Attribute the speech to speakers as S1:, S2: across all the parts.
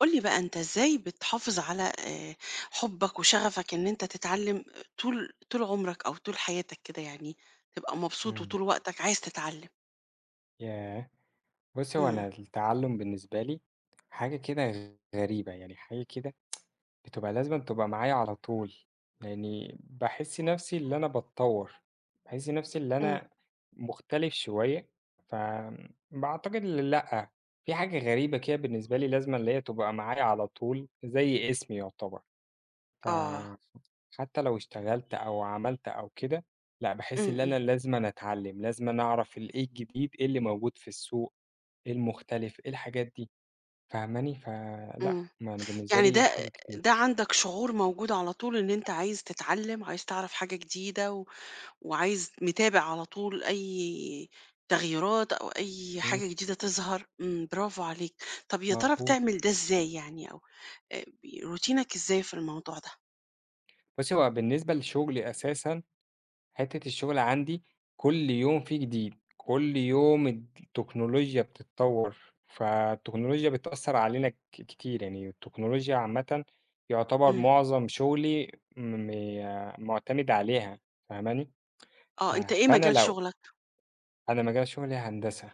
S1: قُل لي بقى أنت إزاي بتحافظ على حُبّك وشغفك إن أنت تتعلّم طول عمرك أو طول حياتك كده يعني، تبقى مبسوط
S2: إمم.
S1: وطول وقتك عايز تتعلّم؟
S2: ياه! بُصّي، هو
S1: إمم،
S2: أنا التعلُّم بالنسبة لي حاجة كده غريبة، يعني حاجة كده بتبقى لازمًا تبقى معايا على طول، لإنّي باحس نَفْسي اللي أنا باتطوّر، باحس نَفْسي اللي
S1: إمم،
S2: أنا مختلف شوية، فآمم باعتقد لأ، في حاجة غريبة كده بالنسبة لي لازمًا اللي هي تبقى معايا على طول زي اسمي يعتبر.
S1: آه،
S2: فحتى لو اشتغلت أو عملت أو كده، لأ، باحس
S1: إمم،
S2: إن
S1: إمم،
S2: أنا لازمًا أتعلّم، لازمًا أعرف إيه الجديد، إيه اللي موجود في السوق، إيه المختلف، إيه الحاجات دي، فاهماني؟ فلأ،
S1: إمم،
S2: ما أنا بالنسبة
S1: يعني
S2: لي
S1: ده
S2: حاجة كبيرة.
S1: ده عندك شعور موجود على طول إن أنت عايز تتعلّم، عايز تعرف حاجة جديدة و وعايز متابع على طول أي تغييرات أو أي
S2: إمم،
S1: حاجة جديدة تظهر، إمم، برافو عليك، طَب يا ترى
S2: مضبوط.
S1: بتعمل ده إزاي يعني أو ب روتينك إزاي في الموضوع ده؟
S2: بُصّي، هو بالنسبة لشغلي أساسًا حتّة الشغل عندي كل يوم فيه جديد، كل يوم التكنولوجيا بتتطوّر، فالتكنولوجيا بتأثّر علينا كتير، يعني التكنولوجيا عامةً يُعتبر
S1: إمم.
S2: معظم شغلي معتمد عليها فاهماني؟ ف
S1: آه، أنت إيه
S2: فأنا
S1: مجال
S2: لو
S1: شغلك؟
S2: أنا مجال شغلي هندسة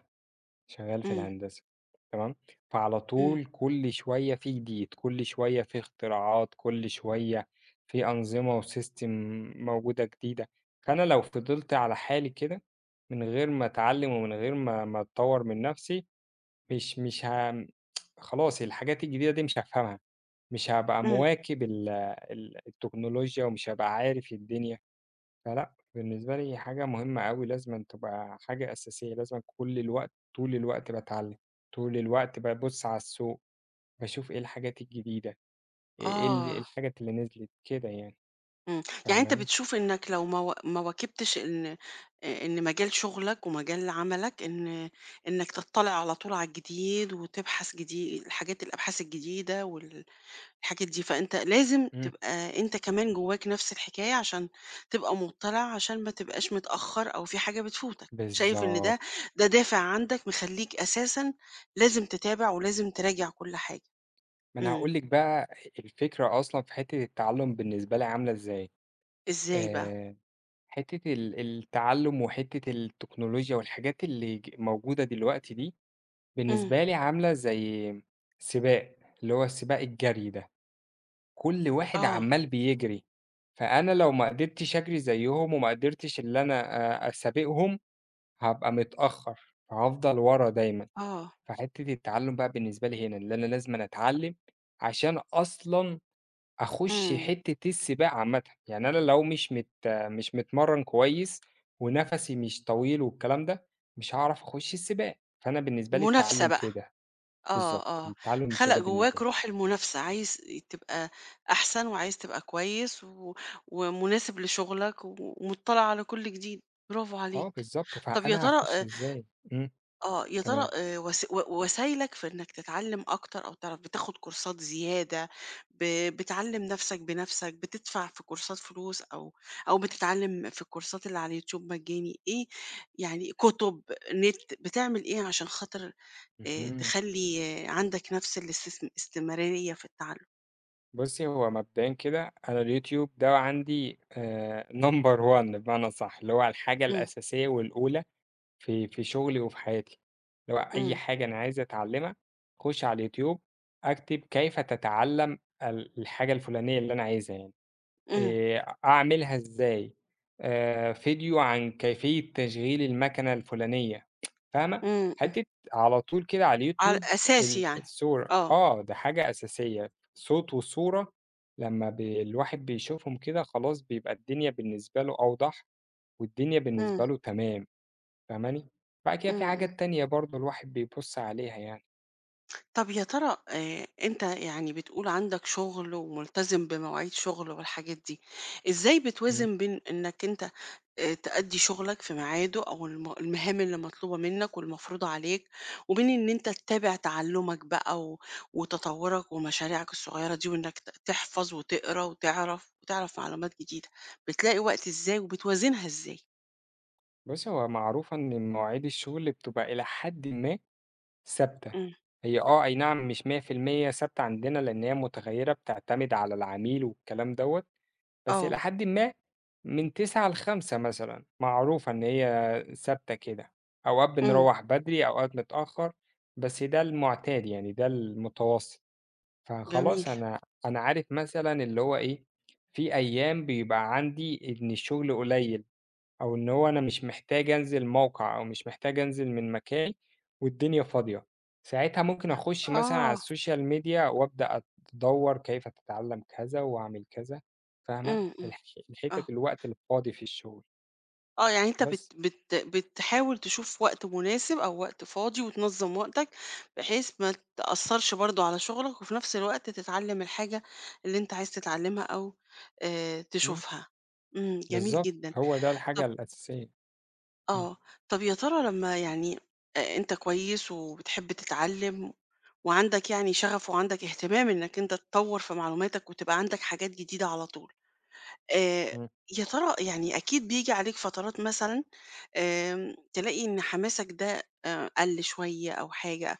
S2: شغال في
S1: إمم،
S2: الهندسة، تمام، فعلى
S1: إمم،
S2: طول كل شوية في جديد، كل شوية في اختراعات، كل شوية في أنظمة وsystem موجودة جديدة، فأنا لو فضلت على حالي كده من غير ما أتعلم ومن غير ما أطوّر من نفسي مش خلاص الحاجات الجديدة دي مش هافهمها، مش هابقى
S1: إمم.
S2: مواكب ال التكنولوجيا ومش هابقى عارف الدنيا. فلأ، بالنسبة لي حاجة مهمة أوي، لازمًا تبقى حاجة أساسية، لازمًا كل الوقت طول الوقت باتعلّم، طول الوقت بابُص على السوق، باشوف إيه الحاجات الجديدة، إيه
S1: آه،
S2: الحاجات اللي نزلت كده يعني،
S1: إمم. يعني أنت
S2: فاهماني؟
S1: بتشوف إنك لو ما واكبتش إن إن مجال شغلك ومجال عملك إنك تطّلع على طول على الجديد وتبحث الحاجات الأبحاث الجديدة الحاجات دي، فأنت لازم
S2: إمم.
S1: تبقى أنت كمان جواك نفس الحكاية عشان تبقى مُطّلع، عشان ما تبقاش متأخّر أو في حاجة بتفوتك. شايف إن
S2: بالضبط،
S1: ده دافع عندك مخلّيك أساسًا لازم تتابع ولازم تراجع كل حاجة.
S2: ما أنا
S1: إمم.
S2: هاقول لِك بقى الفكرة أصلًا في حتّة التعلُّم بالنسبة لي عاملة إزاي،
S1: إزاي بقى؟
S2: آآ حتّة التعلُّم وحتّة التكنولوجيا والحاجات اللي موجودة دلوقتي دي،
S1: إمم.
S2: بالنسبة لي عاملة زي سباق، اللي هو سباق الجري ده. كل واحد
S1: آه،
S2: عمّال بيجري، فأنا لو ما قدرتش أجري زيّهم وما قدرتش اللي أنا أسابقهم، هابقى متأخّر، فهافضل ورا دايمًا.
S1: آه،
S2: فحتّة التعلُّم بقى بالنسبة لي هنا، اللي أنا لازمًا أتعلّم عشان أصلًا أخُش
S1: إمم.
S2: حتّة السباق عامةً، يعني أنا لو مش متمرّن كويس ونَفَسي مش طويل والكلام ده، مش هاعرف أخُش السباق، فأنا بالنسبة لي
S1: منافسة
S2: التعلُّم
S1: بقى.
S2: كده،
S1: آه،
S2: بالضبط،
S1: آه.
S2: التعلُّم
S1: خَلَق
S2: كده بالنسبة
S1: جواك روح
S2: لي.
S1: المنافسة، عايز تبقى أحسن وعايز تبقى كويس و ومناسب لشغلك ومُطّلع على كل جديد. برافو
S2: آه
S1: عليك.
S2: بالضبط،
S1: طَب يا
S2: فأنا
S1: ترى
S2: هاخُش إزاي؟ إمم،
S1: آه، يا ترى
S2: تمام.
S1: وس و وسايلك في إنك تتعلّم أكتر أو تعرف بتاخد كورسات زيادة، ب بتعلّم نَفْسك بنَفْسك، بتدفع في كورسات فلوس أو أو بتتعلّم في الكورسات اللي على الYouTube مجاني، إيه يعني كُتب، نت، بتعمل إيه عشان خاطر
S2: اهم.
S1: تخلّي آه، عندك نَفْس الاستمرارية في التعلُّم؟
S2: بُصّي، هو مبدئيًا كده أنا اليوتيوب ده عندي number one بمعنى أصح، اللي هو الحاجة
S1: إمم،
S2: الأساسية والأولى في شغلي وفي حياتي، اللي هو أي
S1: إمم،
S2: حاجة أنا عايز أتعلّمها أخُش على اليوتيوب أكتب كيف تتعلّم الحاجة الفلانية اللي أنا عايزها يعني.
S1: إمم،
S2: أعملها إزاي، فيديو عن كيفية تشغيل المكنة الفلانية فاهمة،
S1: إمم، إمم،
S2: حتّة على طول كده على
S1: عل
S2: اليوتيوب
S1: أساسي يعني،
S2: الصورة
S1: آه،
S2: آه، ده حاجة أساسية، صوت وصورة لمّا الواحد بيشوفهم كده خلاص بيبقى الدنيا بالنسبة له أوضح، والدنيا
S1: إمم،
S2: بالنسبة له تمام، فاهماني، بعد كده في
S1: إمم، إمم.
S2: حاجات تانية برضه الواحد بيبُص عليها يعني،
S1: طب يا ترى آه، انت يعني بتقول عندك شغل وملتزم بمواعيد شغل والحاجات دي ازاي
S2: إمم،
S1: بتوازن بين انك انت آه، تأدي شغلك في ميعاده او المهام اللي مطلوبة منك والمفروضة عليك وبين ان انت تتابع تعلمك بقى وتطورك ومشاريعك الصغيرة دي وانك تحفظ وتقرا وتعرف وتعرف معلومات جديدة بتلاقي وقت ازاي وبتوازنها ازاي.
S2: بُصّي هو معروف إن مواعيد الشغل بتبقى إلى حدٍ ما ثابتة،
S1: امم،
S2: هي آه أي نعم مش 100% ثابتة عندنا، لإن هي متغيّرة بتعتمد على العميل والكلام دوّة، بس
S1: اه،
S2: إلى حدٍ ما من 09:00 ل17:00 مثلًا، معروفة إن هي ثابتة كده، أوقات
S1: امم،
S2: بنروّح بدري، أوقات متأخّر، بس ده المعتاد يعني ده المتوسط،
S1: جميل،
S2: فخلاص أنا عارف مثلًا اللي هو إيه، في أيام بيبقى عندي إن الشغل قليل. أو إن هو أنا مش محتاج أنزل موقع أو مش محتاج أنزل من مكاني والدنيا فاضية، ساعتها ممكن أخُش مثلًا على
S1: اه،
S2: السوشيال ميديا وأبدأ أدوّر كيف تتعلم كذا وأعمل كذا، فاهمة؟
S1: امم، امم، اه،
S2: الحتت الوقت الفاضي في الشغل
S1: آه، يعني أنت
S2: بس،
S1: بت بت بتحاول تشوف وقت مناسب أو وقت فاضي وتنظّم وقتك، بحيث ما تأثّرش برضه على شغلك، وفي نفس الوقت تتعلّم الحاجة اللي أنت عايز تتعلّمها أو
S2: إمم،
S1: تشوفها. إمم، جميل
S2: بالضبط،
S1: جدًا.
S2: هو ده الحاجة
S1: طَب
S2: الأساسية، إمم،
S1: آه، طَب يا ترى لمّا يعني أنت كويس وبتحب تتعلّم وعندك يعني شغف وعندك اهتمام إنك أنت تطوّر في معلوماتك وتبقى عندك حاجات جديدة على طول، آآ
S2: إمم،
S1: يا ترى يعني أكيد بييجي عليك فترات مثلًا تلاقي إن حماسك ده قَل شوية أو حاجة،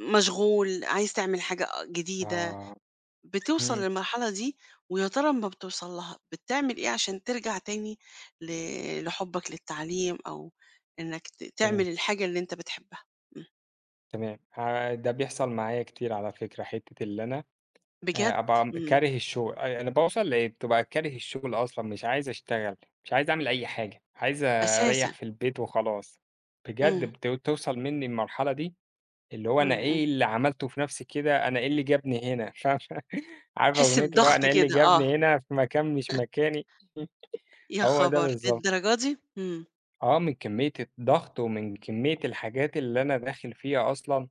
S1: مشغول، عايز تعمل حاجة جديدة،
S2: آه،
S1: بتوصل
S2: إمم،
S1: للمرحلة دي ويا ترى أمّا بتوصل لها بتعمل إيه عشان ترجع تاني ل لحُبّك للتعليم أو إنّك تعمل
S2: فهمت،
S1: الحاجة اللي أنت بتحبها؟ إمم،
S2: تمام، ده بيحصل معايا كتير على فكرة، حتة اللي أنا
S1: بجد؟
S2: أبقى
S1: إمم،
S2: كاره الشغل، أنا باوصل بتبقى كاره الشغل أصلًا، مش عايز أشتغل، مش عايز أعمل أي حاجة، عايز
S1: أساسًا!
S2: أريّح في البيت وخلاص، بجد
S1: إمم،
S2: بتوصل منّي المرحلة دي، اللي هو أنا
S1: إمم، إمم،
S2: إيه اللي عملته في نَفْسي كده، أنا إيه اللي جابني هنا، فاهمة، عارفة
S1: تحس
S2: أغنية اللي هو
S1: بضغط
S2: أنا إيه اللي
S1: كده، آه،
S2: جابني هنا في مكان مش مكاني،
S1: يا
S2: هو ده
S1: خبر!
S2: بالضبط،
S1: للدرجة دي! إمم،
S2: آه، من كمية الضغط ومن كمية الحاجات اللي أنا داخل فيها أصلًا.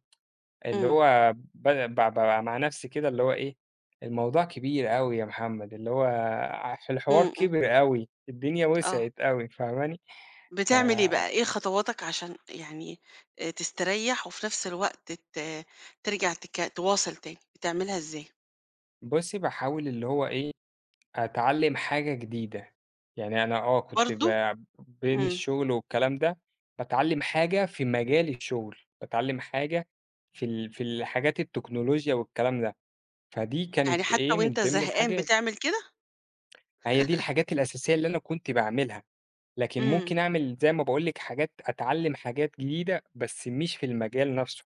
S2: اللي
S1: إمم،
S2: هو بد ب بابقى مع نفسي كده اللي هو إيه، الموضوع كبير أوي يا محمد، اللي هو ع الحوار
S1: إمم، إمم،
S2: كبر أوي، الدنيا
S1: آه.
S2: وسعت أوي فاهماني؟
S1: بتعمل إيه بقى، إيه خطواتك عشان يعني تستريّح وفي نفس الوقت ترجع تواصل تاني، بتعملها إزاي؟
S2: فبُصّي باحاول اللي هو إيه، أتعلّم حاجة جديدة، يعني أنا آه كنت
S1: برضه؟
S2: بين
S1: إمم،
S2: الشغل والكلام ده، باتعلّم حاجة في مجال الشغل، باتعلّم حاجة في الحاجات التكنولوجيا والكلام ده، فدي
S1: يعني
S2: كانت
S1: حتى
S2: إيه، من
S1: وأنت
S2: ضمن
S1: زهقان
S2: الحاجات،
S1: بتعمل كده؟
S2: هي دي الحاجات الأساسية اللي أنا كنت باعملها. لكن
S1: إمم،
S2: ممكن أعمل زي ما باقول لِك حاجات أتعلّم حاجات جديدة، بس مش في المجال نَفْسه،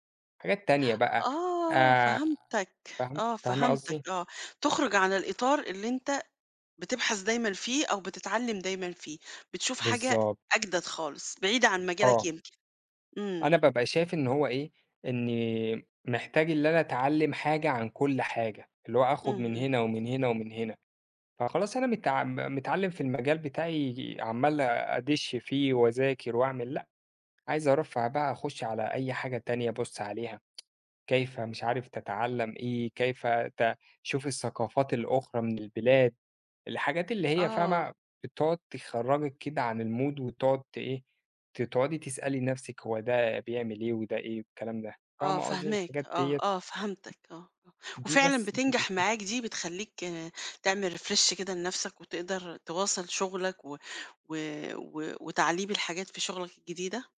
S2: حاجات تانية بقى
S1: آه
S2: آآ
S1: فهمتك، آه
S2: فاهمة قصدي؟
S1: فهمتك، آه، تخرج عن الإطار اللي أنت بتبحث دايمًا فيه أو بتتعلم دايمًا فيه، بتشوف حاجة
S2: بالضبط،
S1: أجدد خالص، بعيدة عن مجالك
S2: آه.
S1: يمكن،
S2: أنا
S1: إمم،
S2: بابقى شايف إن هو إيه، إنّي محتاج اللي أنا أتعلّم حاجة عن كل حاجة، اللي هو
S1: إمم،
S2: آخُد من
S1: إمم،
S2: هنا ومن هنا ومن هنا، فخلاص أنا متعلّم في المجال بتاعي عمّال أدِش فيه وأذاكر وأعمل لأ، عايز أرفّه بقى أخُش على أي حاجة تانية أبُص عليها. كيف مش عارف تتعلّم إيه، كيف شوف الثقافات الأخرى من البلاد، الحاجات اللي هي
S1: آه.
S2: فاهمة، بتقعد تخرّجِك كده عن الmood وتقعد إيه، تقعدي تسألي نَفْسِك هو ده بيعمل إيه وده إيه والكلام ده،
S1: آه
S2: فاهمة قصدي؟
S1: فاهماك،
S2: الحاجات
S1: آه،
S2: ديّة
S1: آه فهمتك آه، آه،
S2: دي بس
S1: وفعلًا
S2: دي
S1: بتنجح معاك دي بتخلّيك تعمل refresh كده لنفسك وتقدر تواصل شغلك و و وتعليم الحاجات في شغلك الجديدة؟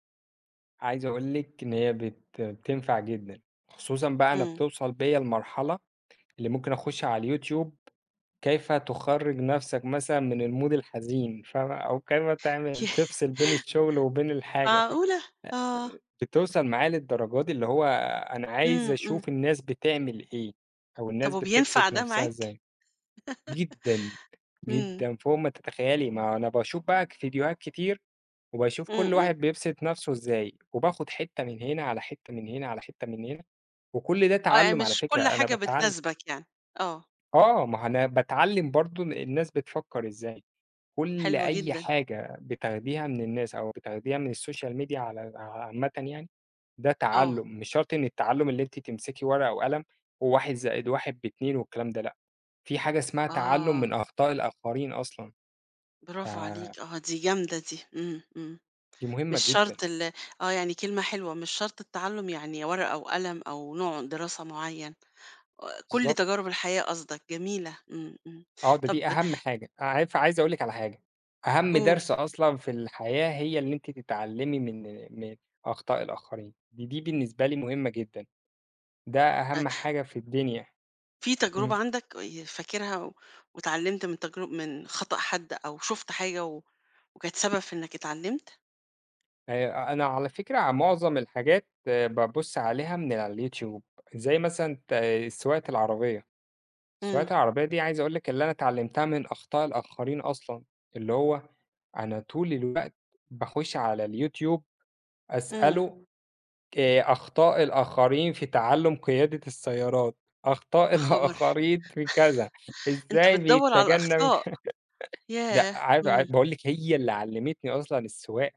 S2: عايز أقول لِك إن هي بتنفع جدًا، خصوصًا بقى أنا
S1: إمم،
S2: بتوصل بيّا لمرحلة اللي ممكن أخُش على اليوتيوب كيف تخرّج نَفْسك مثلًا من الmood الحزين فاهمة، أو كيف تعمل تفصل بين الشغل وبين الحاجة، ف
S1: معقولة! آه،
S2: بتوصل معاه للدرجة دي اللي هو أنا عايز
S1: إمم، إمم،
S2: أشوف الناس بتعمل إيه، أو
S1: طب
S2: الناس
S1: وبينفع
S2: بتبسط
S1: ده
S2: نَفْسها
S1: معاك؟
S2: إزاي، جدًا،
S1: إمم،
S2: جدًا فوق ما تتخيلي، ما أنا باشوف بقى فيديوهات كتير، وباشوف
S1: إمم،
S2: كل
S1: إمم،
S2: واحد بيبسط نَفْسه إزاي، وباخد حتّة من هنا، على حتّة من هنا، على حتّة من هنا، وكل ده
S1: آه يعني
S2: تعلُّم على
S1: مش
S2: فكرة،
S1: كل
S2: أنا
S1: حاجة
S2: باتعلّم
S1: بتناسبك يعني، آه،
S2: آه، ما هو أنا باتعلّم برضه الناس بتفكّر إزاي. كل
S1: حلوة
S2: أي
S1: جدًا،
S2: حاجة بتاخديها من الناس أو بتاخديها من الSocial media على عامةً يعني، ده
S1: آه،
S2: تعلُّم، مش شرط إن التعلُّم اللي أنتِ تمسكي ورقة وقلم و1 زائد 1 ب2 والكلام ده لأ، في حاجة اسمها تعلُّم
S1: آه،
S2: من أخطاء الآخرين أصلًا،
S1: برافو
S2: فدي
S1: عليك، آه دي جامدة دي، إمم، إمم.
S2: مهمة
S1: مش
S2: جدًا،
S1: شرط ال آه، يعني كلمة حلوة، مش شرط التعلُّم يعني ورقة وقلم أو نوع دراسة معيّن، كل
S2: بالضبط،
S1: تجارب الحياة قصدك، جميلة، إمم، إمم.
S2: آه،
S1: طب
S2: دي أهم حاجة، عارفة عايز أقول لِك على حاجة، أهم
S1: قُل
S2: درس أصلًا في الحياة هي اللي أنتِ تتعلّمي من من أخطاء الآخرين، دي بالنسبة لي مهمة جدًا، ده
S1: آآ
S2: أهم حاجة في الدنيا.
S1: في تجربة
S2: إمم.
S1: عندك فاكرها و واتعلّمت من تجرب من خطأ حد أو شُفت حاجة و وكانت سبب في إنّك اتعلّمت؟
S2: أنا على فكرة ع معظم الحاجات بابُص عليها من على اليوتيوب، زي مثلًا سواقة العربية،
S1: إمم،
S2: سواقة العربية دي عايز أقول لِك اللي أنا اتعلّمتها من أخطاء الآخرين أصلًا، اللي هو أنا طول الوقت باخُش على اليوتيوب
S1: إمم،
S2: أسأله أخطاء الآخرين في تعلُّم قيادة السيارات، أخطاء
S1: يا خبر!
S2: الآخرين في كذا،
S1: أنت
S2: إزاي
S1: بتدوّر على
S2: بيتجنّب
S1: الأخطاء،
S2: ده
S1: ياه!
S2: عارفة
S1: إمم،
S2: باقول لِك هي اللي علّمتني أصلًا السواقة.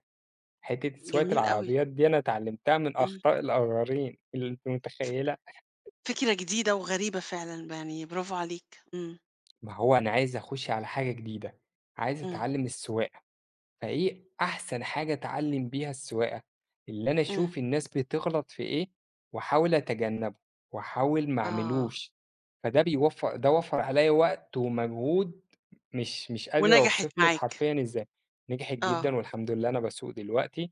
S2: حتّة سواقة
S1: جميل أوي،
S2: العربيات دي أنا اتعلّمتها من
S1: إمم.
S2: أخطاء الآخرين، اللي أنتِ متخيّلة؟
S1: فكرة جديدة وغريبة فعلًا، ب يعني برافو عليك، إمم،
S2: ما هو أنا عايز أخُش على حاجة جديدة، عايز
S1: إمم،
S2: أتعلّم السواقة. فإيه أحسن حاجة أتعلم بيها السواقة؟ اللي أنا
S1: إمم،
S2: أشوف الناس بتغلط في إيه وأحاول أتجنبه، وأحاول ما
S1: آه.
S2: أعملوش، فده بيوفر ده وفّر عليّا وقت ومجهود مش قادر
S1: ونجحت
S2: أوصف لِك
S1: معاك.
S2: حرفيًا إزاي، نجحت
S1: آه،
S2: جدًا والحمد لله أنا باسوق دلوقتي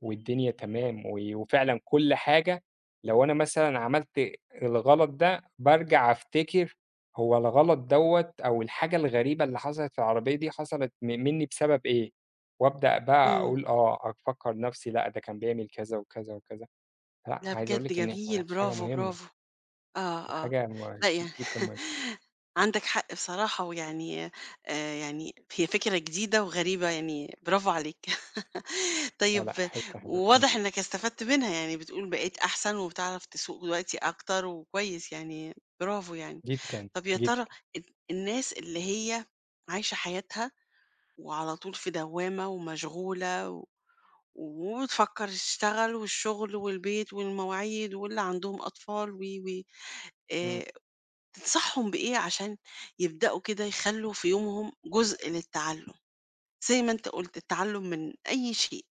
S2: والدنيا تمام، وفعلًا كل حاجة لو أنا مثلًا عملت الغلط ده بارجع أفتكر هو الغلط دوّة أو الحاجة الغريبة اللي حصلت في العربية دي حصلت منّي بسبب إيه؟ وأبدأ بقى
S1: إمم،
S2: أقول آه، أفكّر نَفْسي لأ ده كان بيعمل كذا وكذا وكذا، لأ
S1: لأ
S2: عايز أقول
S1: بجد
S2: لِك إن
S1: جميل،
S2: إحنا حاجة
S1: برافو،
S2: مهمة،
S1: برافو. آه، آه،
S2: حاجة م
S1: لأ
S2: ج
S1: يعني
S2: جدًا مهمة،
S1: عندك حق بصراحة، ويعني يعني هي فكرة جديدة وغريبة يعني برافو عليك.
S2: لا، لأ
S1: طيب
S2: حتّة حلوة، إمم،
S1: وواضح إنك استفدت منها، يعني بتقول بقيت أحسن وبتعرف تسوق دلوقتي أكتر وكويس يعني برافو يعني.
S2: جدًا،
S1: طب يا ترى
S2: جدًا،
S1: ال الناس اللي هي عايشة حياتها وعلى طول في دوامة ومشغولة و... وبتفكر تشتغل والشغل والبيت والمواعيد واللي عندهم أطفال و
S2: إمم،
S1: آه، تنصحهم بإيه عشان يبدأوا كده يخلوا في يومهم جزء للتعلم زي ما أنت قلت التعلم من أي شيء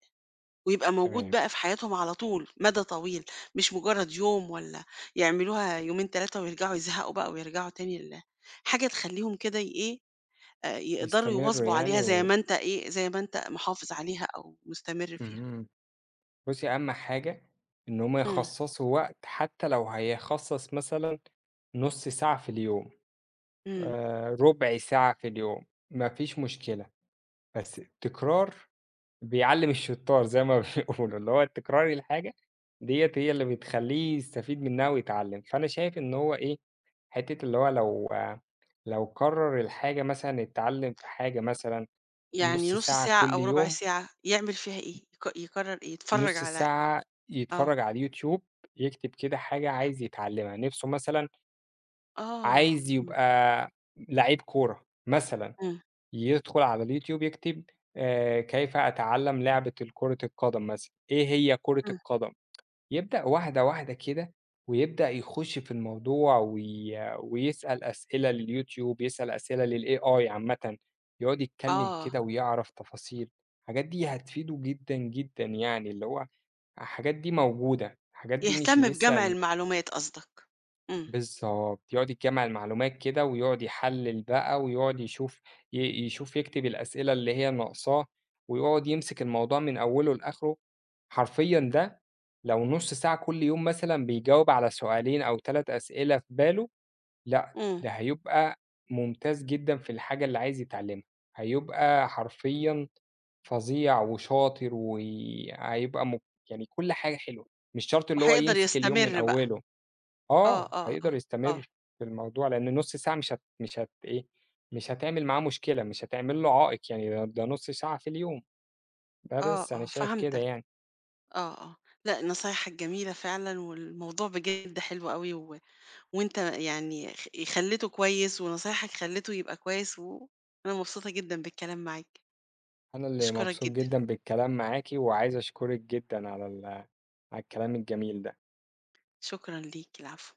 S1: ويبقى موجود
S2: تمام،
S1: بقى في حياتهم على طول مدى طويل مش مجرد يوم ولا يعملوها يومين ثلاثة ويرجعوا يزهقوا بقى ويرجعوا تاني حاجة تخليهم كده إيه يقدروا
S2: يستمرّوا
S1: يواظبوا عليها
S2: يعني
S1: زي
S2: و
S1: ما أنت إيه، زي ما أنت محافظ عليها أو مستمر فيها.
S2: اهم، بُصّي أهم حاجة إن هُم
S1: إمم،
S2: يخصّصوا وقت حتى لو هيخصّص مثلًا نُص ساعة في اليوم،
S1: إمم.
S2: رُبع ساعة في اليوم، ما فيش مشكلة، بس التكرار بيعلّم الشطّار زي ما بيقولوا، اللي هو تكرار الحاجة ديّة هي اللي بتخلّيه يستفيد منها ويتعلّم، فأنا شايف إن هو إيه، حتّة اللي هو لو كرّر الحاجة مثلًا اتعلّم في حاجة مثلًا
S1: يعني
S2: نُص
S1: نُص
S2: ساعة
S1: ساعة
S2: كل
S1: أو ربع
S2: يوم،
S1: ساعة يعمل فيها إيه؟ يقرر إيه؟ يتفرج
S2: نُص
S1: على
S2: ساعة
S1: آه،
S2: يتفرّج على اليوتيوب، يكتب كده حاجة عايز يتعلّمها، نِفْسه مثلًا
S1: آه،
S2: عايز
S1: إمم،
S2: يبقى لعيب كورة مثلًا،
S1: إمم،
S2: يدخل على اليوتيوب يكتب كيف أتعلّم لعبة كرة القدم مثلًا، إيه هي كرة
S1: إمم.
S2: القدم؟ يبدأ واحدة، واحدة كده، ويبدأ يخُش في الموضوع ويسأل أسئلة للYouTube، يسأل أسئلة للAI عامةً، يقعد يتكلّم
S1: آه،
S2: كده ويعرف تفاصيل، الحاجات دي هتفيده جدًا، جدًا يعني، اللي هو الحاجات دي موجودة، الحاجات دي مش
S1: يهتم
S2: لسه
S1: بجمع
S2: ال
S1: المعلومات قصدك. إمم،
S2: بالضبط، يقعد يجمّع المعلومات كده ويقعد يحلّل بقى ويقعد يشوف ي يشوف يكتب الأسئلة اللي هي ناقصاه، ويقعد يمسك الموضوع من أوله لآخره، حرفيًا ده لو نُص ساعة كل يوم مثلًا بيجاوب على سؤالين أو 3 أسئلة في باله، لأ،
S1: إمم،
S2: ده هيبقى ممتاز جدًا في الحاجة اللي عايز يتعلمها، هيبقى حرفيًا فظيع وشاطر وهيبقى يعني كل حاجة حلوة، مش شرط اللي هو
S1: وهيقدر
S2: يمسك اليوم من
S1: يستمر بقى.
S2: أوله.
S1: آه،
S2: آه،
S1: آه، آه،
S2: هيقدر
S1: آه،
S2: يستمر في الموضوع، لأن نُص ساعة مش هت إيه، مش هتعمل معاه مشكلة، مش هتعمل له عائق يعني، ده نُص ساعة في اليوم، ده
S1: آه،
S2: بس أنا
S1: آه،
S2: شايف كده
S1: فهمتك.
S2: يعني.
S1: آه، آه، لأ نصايحك جميلة فعلًا والموضوع بجد حلو أوي وأنت يعني خلّيته كويس ونصايحك خلّته يبقى كويس، وأنا مبسوطة جدًا بالكلام معاك،
S2: أنا اللي
S1: أشكرك
S2: مبسوط
S1: جدًا،
S2: جدًا بالكلام معاكِ، وعايز أشكرِك جدًا على على الكلام الجميل ده.
S1: شكرًا ليك، العفو.